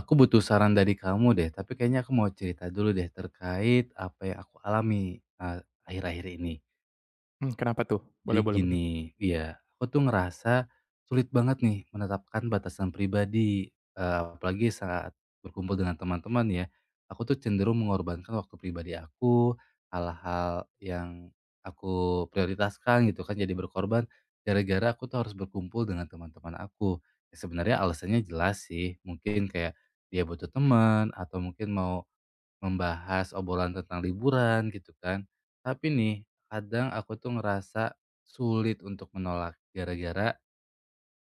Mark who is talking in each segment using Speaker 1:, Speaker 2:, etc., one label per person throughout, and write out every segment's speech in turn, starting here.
Speaker 1: Aku butuh saran dari kamu deh, tapi kayaknya aku mau cerita dulu deh terkait apa yang aku alami, akhir-akhir ini.
Speaker 2: Kenapa tuh?
Speaker 1: Jadi
Speaker 2: Boleh, boleh, boleh.
Speaker 1: gini, iya, aku tuh ngerasa sulit banget nih menetapkan batasan pribadi, apalagi saat berkumpul dengan teman-teman ya. Aku tuh cenderung mengorbankan waktu pribadi aku, hal-hal yang aku prioritaskan gitu kan jadi berkorban, gara-gara aku tuh harus berkumpul dengan teman-teman aku. Ya sebenarnya alasannya jelas sih, mungkin kayak dia butuh teman atau mungkin mau membahas obrolan tentang liburan gitu kan. Tapi nih, kadang aku tuh ngerasa sulit untuk menolak gara-gara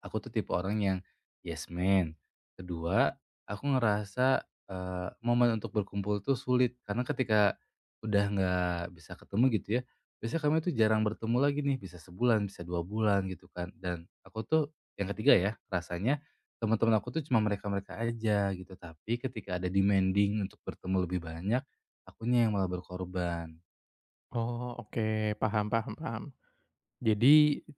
Speaker 1: aku tuh tipe orang yang yes man. Kedua, aku ngerasa, momen untuk berkumpul tuh sulit karena ketika udah nggak bisa ketemu gitu ya, biasanya kami tuh jarang bertemu lagi nih, bisa sebulan, bisa 2 bulan gitu kan. Dan aku tuh yang ketiga ya, rasanya teman-teman aku tuh cuma mereka-mereka aja gitu, tapi ketika ada demanding untuk bertemu lebih banyak, akunya yang malah berkorban.
Speaker 2: Oh, oke, paham, paham, paham. Jadi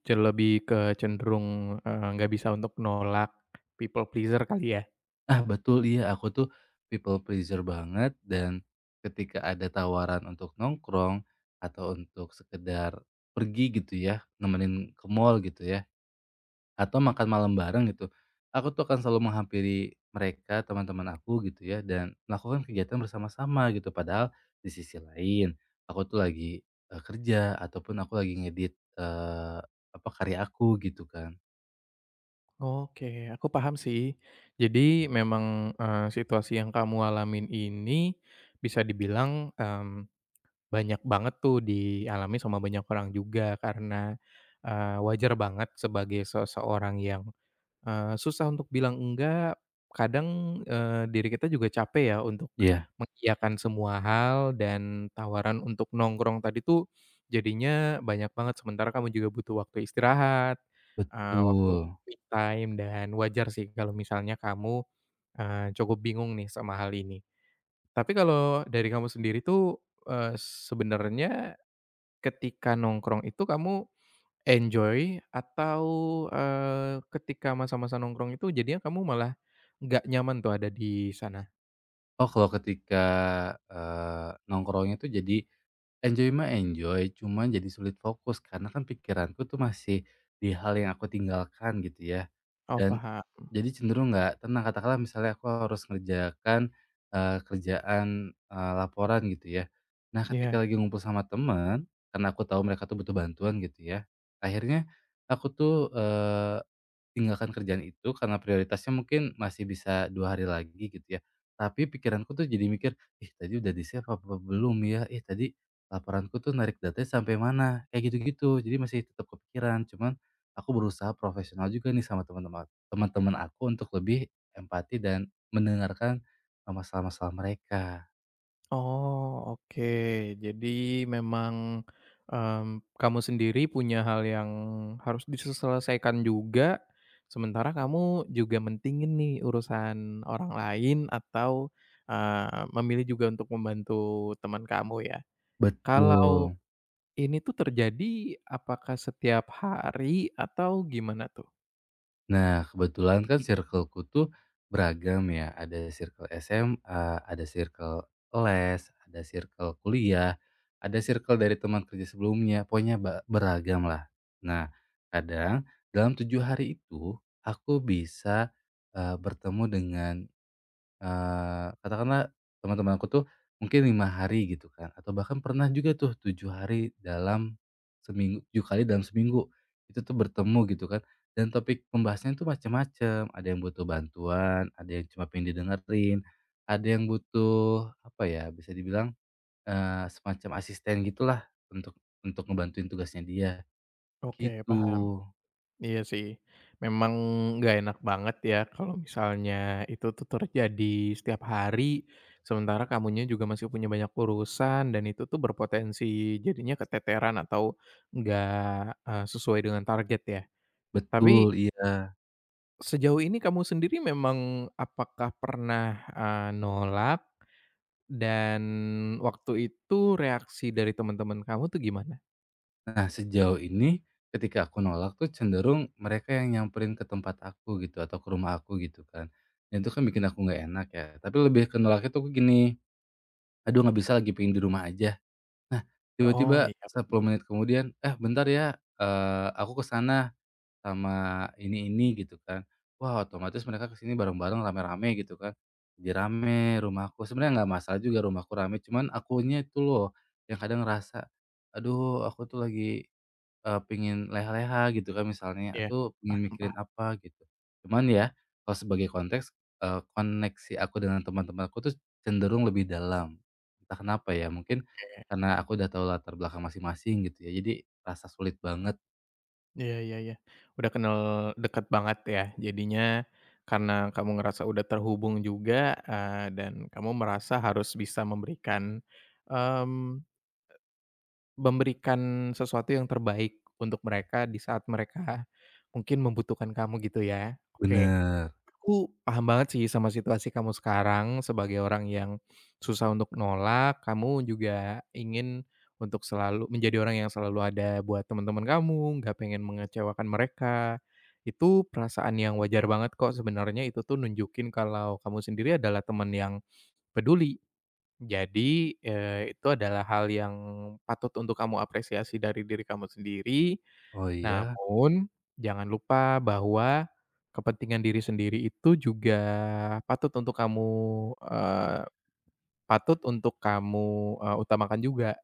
Speaker 2: ce lebih ke cenderung, nggak bisa untuk nolak people pleaser kali ya?
Speaker 1: Ah, betul iya, aku tuh people pleaser banget dan ketika ada tawaran untuk nongkrong atau untuk sekedar pergi gitu ya, nemenin ke mall gitu ya, atau makan malam bareng gitu, aku tuh akan selalu menghampiri mereka, teman-teman aku gitu ya, dan melakukan kegiatan bersama-sama gitu. Padahal di sisi lain aku tuh lagi, kerja ataupun aku lagi ngedit, eee, apa, karya aku gitu kan.
Speaker 2: Oke, aku paham sih. Jadi memang, situasi yang kamu alamin ini bisa dibilang, banyak banget tuh dialami sama banyak orang juga karena, wajar banget sebagai seseorang yang susah untuk bilang enggak, kadang, diri kita juga capek ya untuk
Speaker 1: Iya,
Speaker 2: mengiyakan semua hal dan tawaran untuk nongkrong tadi tuh jadinya banyak banget, sementara kamu juga butuh waktu istirahat, waktu
Speaker 1: betul.
Speaker 2: me time dan wajar sih kalau misalnya kamu, cukup bingung nih sama hal ini. Tapi kalau dari kamu sendiri tuh, sebenarnya ketika nongkrong itu kamu enjoy atau, ketika masa-masa nongkrong itu jadinya kamu malah nggak nyaman tuh ada di sana?
Speaker 1: Oh, kalau ketika, nongkrongnya tuh jadi enjoy mah enjoy, cuman jadi sulit fokus karena kan pikiranku tuh masih di hal yang aku tinggalkan gitu ya,
Speaker 2: Oh
Speaker 1: dan
Speaker 2: paham,
Speaker 1: jadi cenderung nggak tenang. Katakanlah misalnya aku harus ngerjakan, kerjaan, laporan gitu ya. Nah, ketika
Speaker 2: iya.
Speaker 1: lagi ngumpul sama teman karena aku tahu mereka tuh butuh bantuan gitu ya, akhirnya aku tuh, tinggalkan kerjaan itu karena prioritasnya mungkin masih bisa 2 hari lagi gitu ya. Tapi pikiranku tuh jadi mikir, "Ih tadi udah di-save apa belum ya? Ih tadi laporanku tuh narik datanya sampai mana?" Kayak gitu-gitu. Jadi masih tetap kepikiran, cuman aku berusaha profesional juga nih sama teman-teman aku untuk lebih empati dan mendengarkan, masalah-masalah mereka.
Speaker 2: Oh, oke, jadi memang, kamu sendiri punya hal yang harus diselesaikan juga, sementara kamu juga mentingin nih urusan orang lain atau, memilih juga untuk membantu teman kamu ya. Kalau
Speaker 1: Betul.
Speaker 2: ini tuh terjadi apakah setiap hari atau gimana tuh?
Speaker 1: Nah, kebetulan kan circleku tuh beragam ya. Ada circle SMA, ada circle les, ada circle kuliah, ada circle dari teman kerja sebelumnya. Pokoknya beragam lah. Nah, kadang dalam 7 hari itu aku bisa bertemu dengan katakanlah teman-teman aku tuh mungkin 5 hari gitu kan, atau bahkan pernah juga tuh 7 hari dalam seminggu 7 kali dalam seminggu, itu tuh bertemu gitu kan. Dan topik pembahasannya tuh macam-macam ada yang butuh bantuan, ada yang cuma pengen didengerin, ada yang butuh apa ya, bisa dibilang, semacam asisten gitulah untuk untuk ngebantuin tugasnya dia,
Speaker 2: Oke paham,
Speaker 1: gitu.
Speaker 2: iya sih. Memang nggak enak banget ya kalau misalnya itu tuh terjadi setiap hari, sementara kamunya juga masih punya banyak urusan dan itu tuh berpotensi jadinya keteteran atau nggak, sesuai dengan target ya.
Speaker 1: Betul,
Speaker 2: Tapi
Speaker 1: iya.
Speaker 2: sejauh ini kamu sendiri memang apakah pernah, nolak? Dan waktu itu reaksi dari teman-teman kamu tuh gimana?
Speaker 1: Nah, sejauh ini ketika aku nolak tuh cenderung mereka yang nyamperin ke tempat aku gitu atau ke rumah aku gitu kan. Dan itu kan bikin aku nggak enak ya. Tapi lebih ke nolaknya tuh aku gini, aduh nggak bisa lagi pengen di rumah aja. Nah,
Speaker 2: Oh
Speaker 1: tiba-tiba
Speaker 2: iya,
Speaker 1: 10
Speaker 2: Pak.
Speaker 1: menit kemudian, eh bentar ya, eh, aku ke sana sama ini gitu kan. Wah, otomatis mereka kesini bareng-bareng rame-rame gitu kan. Jadi rame rumahku. Sebenarnya nggak masalah juga rumahku rame, cuman akunya itu loh yang kadang ngerasa aduh aku tuh lagi pengen leha-leha gitu kan misalnya,
Speaker 2: Iya,
Speaker 1: atau pengen
Speaker 2: paham,
Speaker 1: mikirin
Speaker 2: paham.
Speaker 1: apa gitu. Cuman ya, kalau sebagai konteks, koneksi aku dengan teman-teman aku tuh cenderung lebih dalam. Entah kenapa ya, mungkin
Speaker 2: Iya, iya,
Speaker 1: karena aku udah tahu latar belakang masing-masing gitu ya, jadi rasa sulit banget.
Speaker 2: iya. Iya, iya. Udah kenal dekat banget ya, jadinya karena kamu ngerasa udah terhubung juga, dan kamu merasa harus bisa memberikan, mmm, memberikan sesuatu yang terbaik untuk mereka di saat mereka mungkin membutuhkan kamu gitu ya? Oke.
Speaker 1: Bener.
Speaker 2: Aku paham banget sih sama situasi kamu sekarang sebagai orang yang susah untuk nolak, kamu juga ingin untuk selalu menjadi orang yang selalu ada buat teman-teman kamu, nggak pengen mengecewakan mereka. Itu perasaan yang wajar banget kok, sebenarnya itu tuh nunjukin kalau kamu sendiri adalah teman yang peduli. Jadi, itu adalah hal yang patut untuk kamu apresiasi dari diri kamu sendiri.
Speaker 1: Oh iya?
Speaker 2: Namun, jangan lupa bahwa kepentingan diri sendiri itu juga patut untuk kamu, eee, patut untuk kamu, utamakan juga.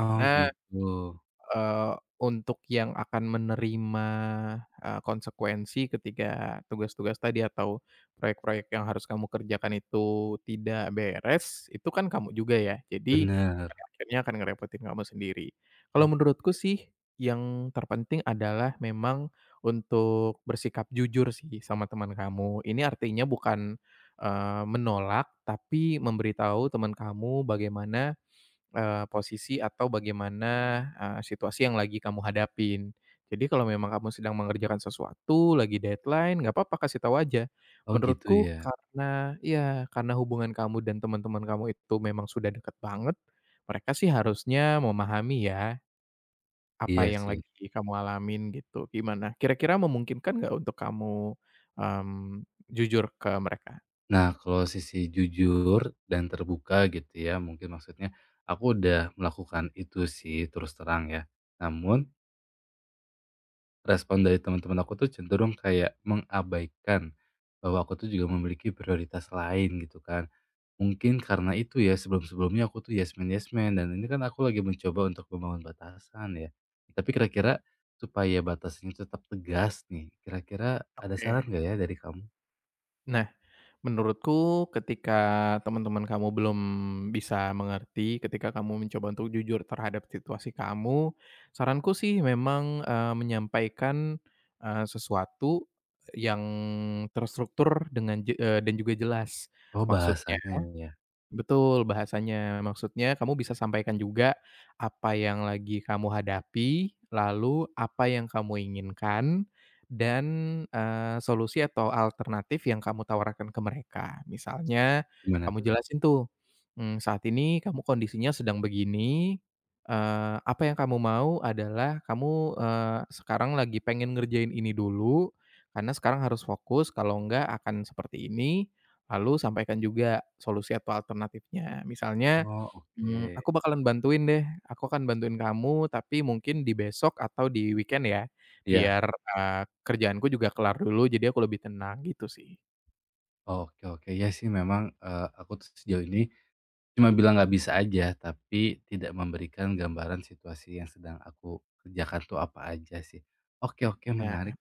Speaker 1: Oh gitu.
Speaker 2: Untuk yang akan menerima, konsekuensi ketika tugas-tugas tadi atau proyek-proyek yang harus kamu kerjakan itu tidak beres, itu kan kamu juga ya. Jadi,
Speaker 1: Bener.
Speaker 2: pada akhirnya akan ngerepotin kamu sendiri. Kalau
Speaker 1: Oh
Speaker 2: menurutku sih, yang terpenting adalah memang untuk bersikap jujur sih sama teman kamu. Ini artinya bukan, menolak, tapi memberitahu teman kamu bagaimana posisi atau bagaimana, situasi yang lagi kamu hadapin. Jadi kalau memang kamu sedang mengerjakan sesuatu, lagi deadline, nggak apa-apa kasih tahu aja.
Speaker 1: oh gitu
Speaker 2: Menurutku
Speaker 1: ya?
Speaker 2: karena ya karena hubungan kamu dan teman-teman kamu itu memang sudah dekat banget, mereka sih harusnya memahami ya, apa
Speaker 1: Iya
Speaker 2: yang
Speaker 1: sih.
Speaker 2: lagi kamu alamin gitu. Gimana, kira-kira memungkinkan nggak untuk kamu, mmm, jujur ke mereka?
Speaker 1: Nah, kalau sisi jujur dan terbuka gitu ya, mungkin maksudnya aku udah melakukan itu sih terus terang ya. Namun respon dari teman-teman aku tuh cenderung kayak mengabaikan bahwa aku tuh juga memiliki prioritas lain gitu kan. Mungkin karena itu ya sebelum-sebelumnya aku tuh yes man dan ini kan aku lagi mencoba untuk membangun batasan ya. Tapi kira-kira supaya batasannya tetap tegas nih, kira-kira ada saran
Speaker 2: Oke.
Speaker 1: gak ya dari kamu?
Speaker 2: Nah, menurutku ketika teman-teman kamu belum bisa mengerti, ketika kamu mencoba untuk jujur terhadap situasi kamu, saranku sih memang, menyampaikan, sesuatu yang terstruktur dengan dan juga jelas.
Speaker 1: Oh
Speaker 2: Maksudnya
Speaker 1: bahasanya ya,
Speaker 2: betul bahasanya. Maksudnya kamu bisa sampaikan juga apa yang lagi kamu hadapi, lalu apa yang kamu inginkan, dan, solusi atau alternatif yang kamu tawarkan ke mereka. Misalnya
Speaker 1: gimana
Speaker 2: kamu
Speaker 1: tuh?
Speaker 2: jelasin tuh, "Saat ini kamu kondisinya sedang begini, apa yang kamu mau adalah kamu, sekarang lagi pengen ngerjain ini dulu, karena sekarang harus fokus, kalau enggak akan seperti ini. Lalu sampaikan juga solusi atau alternatifnya. Misalnya,
Speaker 1: Oh,
Speaker 2: mhm,
Speaker 1: oke.
Speaker 2: "Aku bakalan bantuin deh, aku akan bantuin kamu tapi mungkin di besok atau di weekend ya,
Speaker 1: Iya.
Speaker 2: biar, eee, kerjaanku juga kelar dulu jadi aku lebih tenang," gitu sih.
Speaker 1: Oh, oke oke. Ya sih memang, aku tuh sejauh ini cuma bilang nggak bisa aja, tapi tidak memberikan gambaran situasi yang sedang aku kerjakan tuh apa aja sih. Oke oke
Speaker 2: Nah,
Speaker 1: menarik.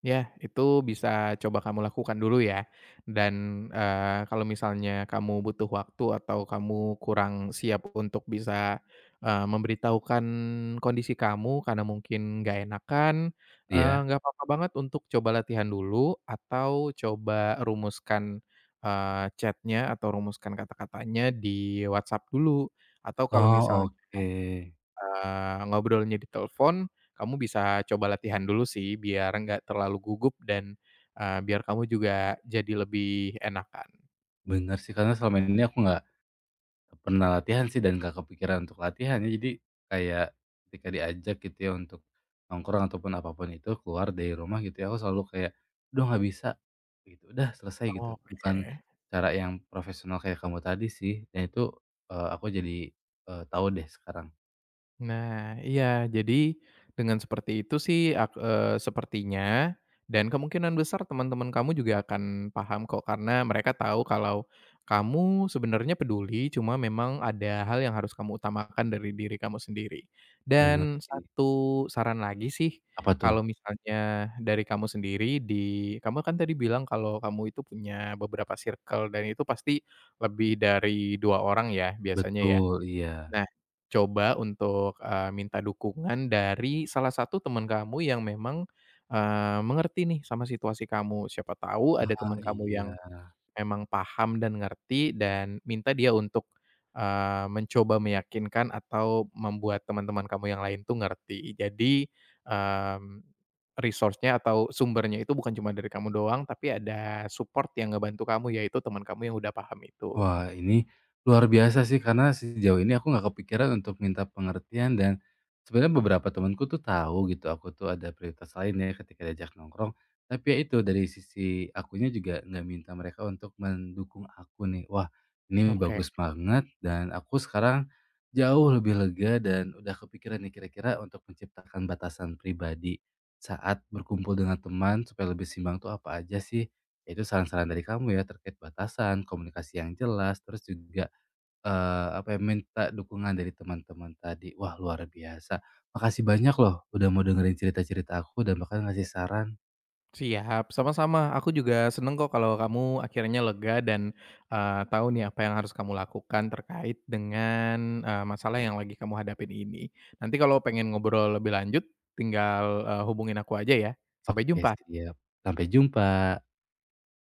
Speaker 2: ya, itu bisa coba kamu lakukan dulu ya. Dan, kalau misalnya kamu butuh waktu atau kamu kurang siap untuk bisa, memberitahukan kondisi kamu karena mungkin nggak enakan,
Speaker 1: Iya.
Speaker 2: nggak apa-apa banget untuk coba latihan dulu atau coba rumuskan, chat atau rumuskan kata-katanya di WhatsApp dulu. Atau kalau misal
Speaker 1: Oh, oke.
Speaker 2: ngobrolnya di telepon, kamu bisa coba latihan dulu sih biar nggak terlalu gugup dan, biar kamu juga jadi lebih enakan.
Speaker 1: Bener sih karena selama ini aku nggak pernah latihan sih dan gak kepikiran untuk latihan ya, jadi kayak ketika diajak gitu ya untuk nongkrong ataupun apapun itu, keluar dari rumah gitu ya, aku selalu kayak, "Udah nggak bisa," gitu, "Udah selesai," gitu. Bukan
Speaker 2: Oke.
Speaker 1: cara yang profesional kayak kamu tadi sih dan itu, aku jadi, tahu deh sekarang.
Speaker 2: Nah, iya. Jadi dengan seperti itu sih sepertinya dan kemungkinan besar teman-teman kamu juga akan paham kok karena mereka tahu kalau kamu sebenarnya peduli, cuma memang ada hal yang harus kamu utamakan dari diri kamu sendiri.
Speaker 1: Bener
Speaker 2: Dan
Speaker 1: sih.
Speaker 2: satu saran lagi sih,
Speaker 1: Apa tuh?
Speaker 2: kalau misalnya dari kamu sendiri di kamu kan tadi bilang kalau kamu itu punya beberapa circle dan itu pasti lebih dari 2 orang ya biasanya ya?
Speaker 1: Betul, iya.
Speaker 2: Nah, coba untuk, minta dukungan dari salah satu teman kamu yang memang, mengerti nih sama situasi kamu. Siapa tahu ada
Speaker 1: Ah,
Speaker 2: teman kamu yang
Speaker 1: iya.
Speaker 2: memang paham dan ngerti dan minta dia untuk, mencoba meyakinkan atau membuat teman-teman kamu yang lain tuh ngerti. Jadi, mmm, resource-nya atau sumbernya itu bukan cuma dari kamu doang, tapi ada support yang ngebantu kamu, yaitu teman kamu yang udah paham itu.
Speaker 1: Wah, ini luar biasa sih karena sejauh ini aku nggak kepikiran untuk minta pengertian dan sebenarnya beberapa temanku tuh tahu gitu aku tuh ada prioritas lain ya ketika diajak nongkrong. Tapi ya itu dari sisi akunya juga nggak minta mereka untuk mendukung aku nih. Wah, ini
Speaker 2: Oke.
Speaker 1: bagus banget dan aku sekarang jauh lebih lega dan udah kepikiran nih kira-kira untuk menciptakan batasan pribadi saat berkumpul dengan teman supaya lebih simbang tuh apa aja sih. Itu saran-saran dari kamu ya terkait batasan, komunikasi yang jelas, terus juga, apa ya, minta dukungan dari teman-teman tadi. Wah, luar biasa. Makasih banyak loh udah mau dengerin cerita-cerita aku dan bahkan ngasih saran.
Speaker 2: Siap, sama-sama. Aku juga seneng kok kalau kamu akhirnya lega dan, tahu nih apa yang harus kamu lakukan terkait dengan, masalah yang lagi kamu hadapin ini. Nanti kalau pengen ngobrol lebih lanjut tinggal, hubungin aku aja ya. Sampai
Speaker 1: Oke,
Speaker 2: jumpa.
Speaker 1: siap. Sampai jumpa.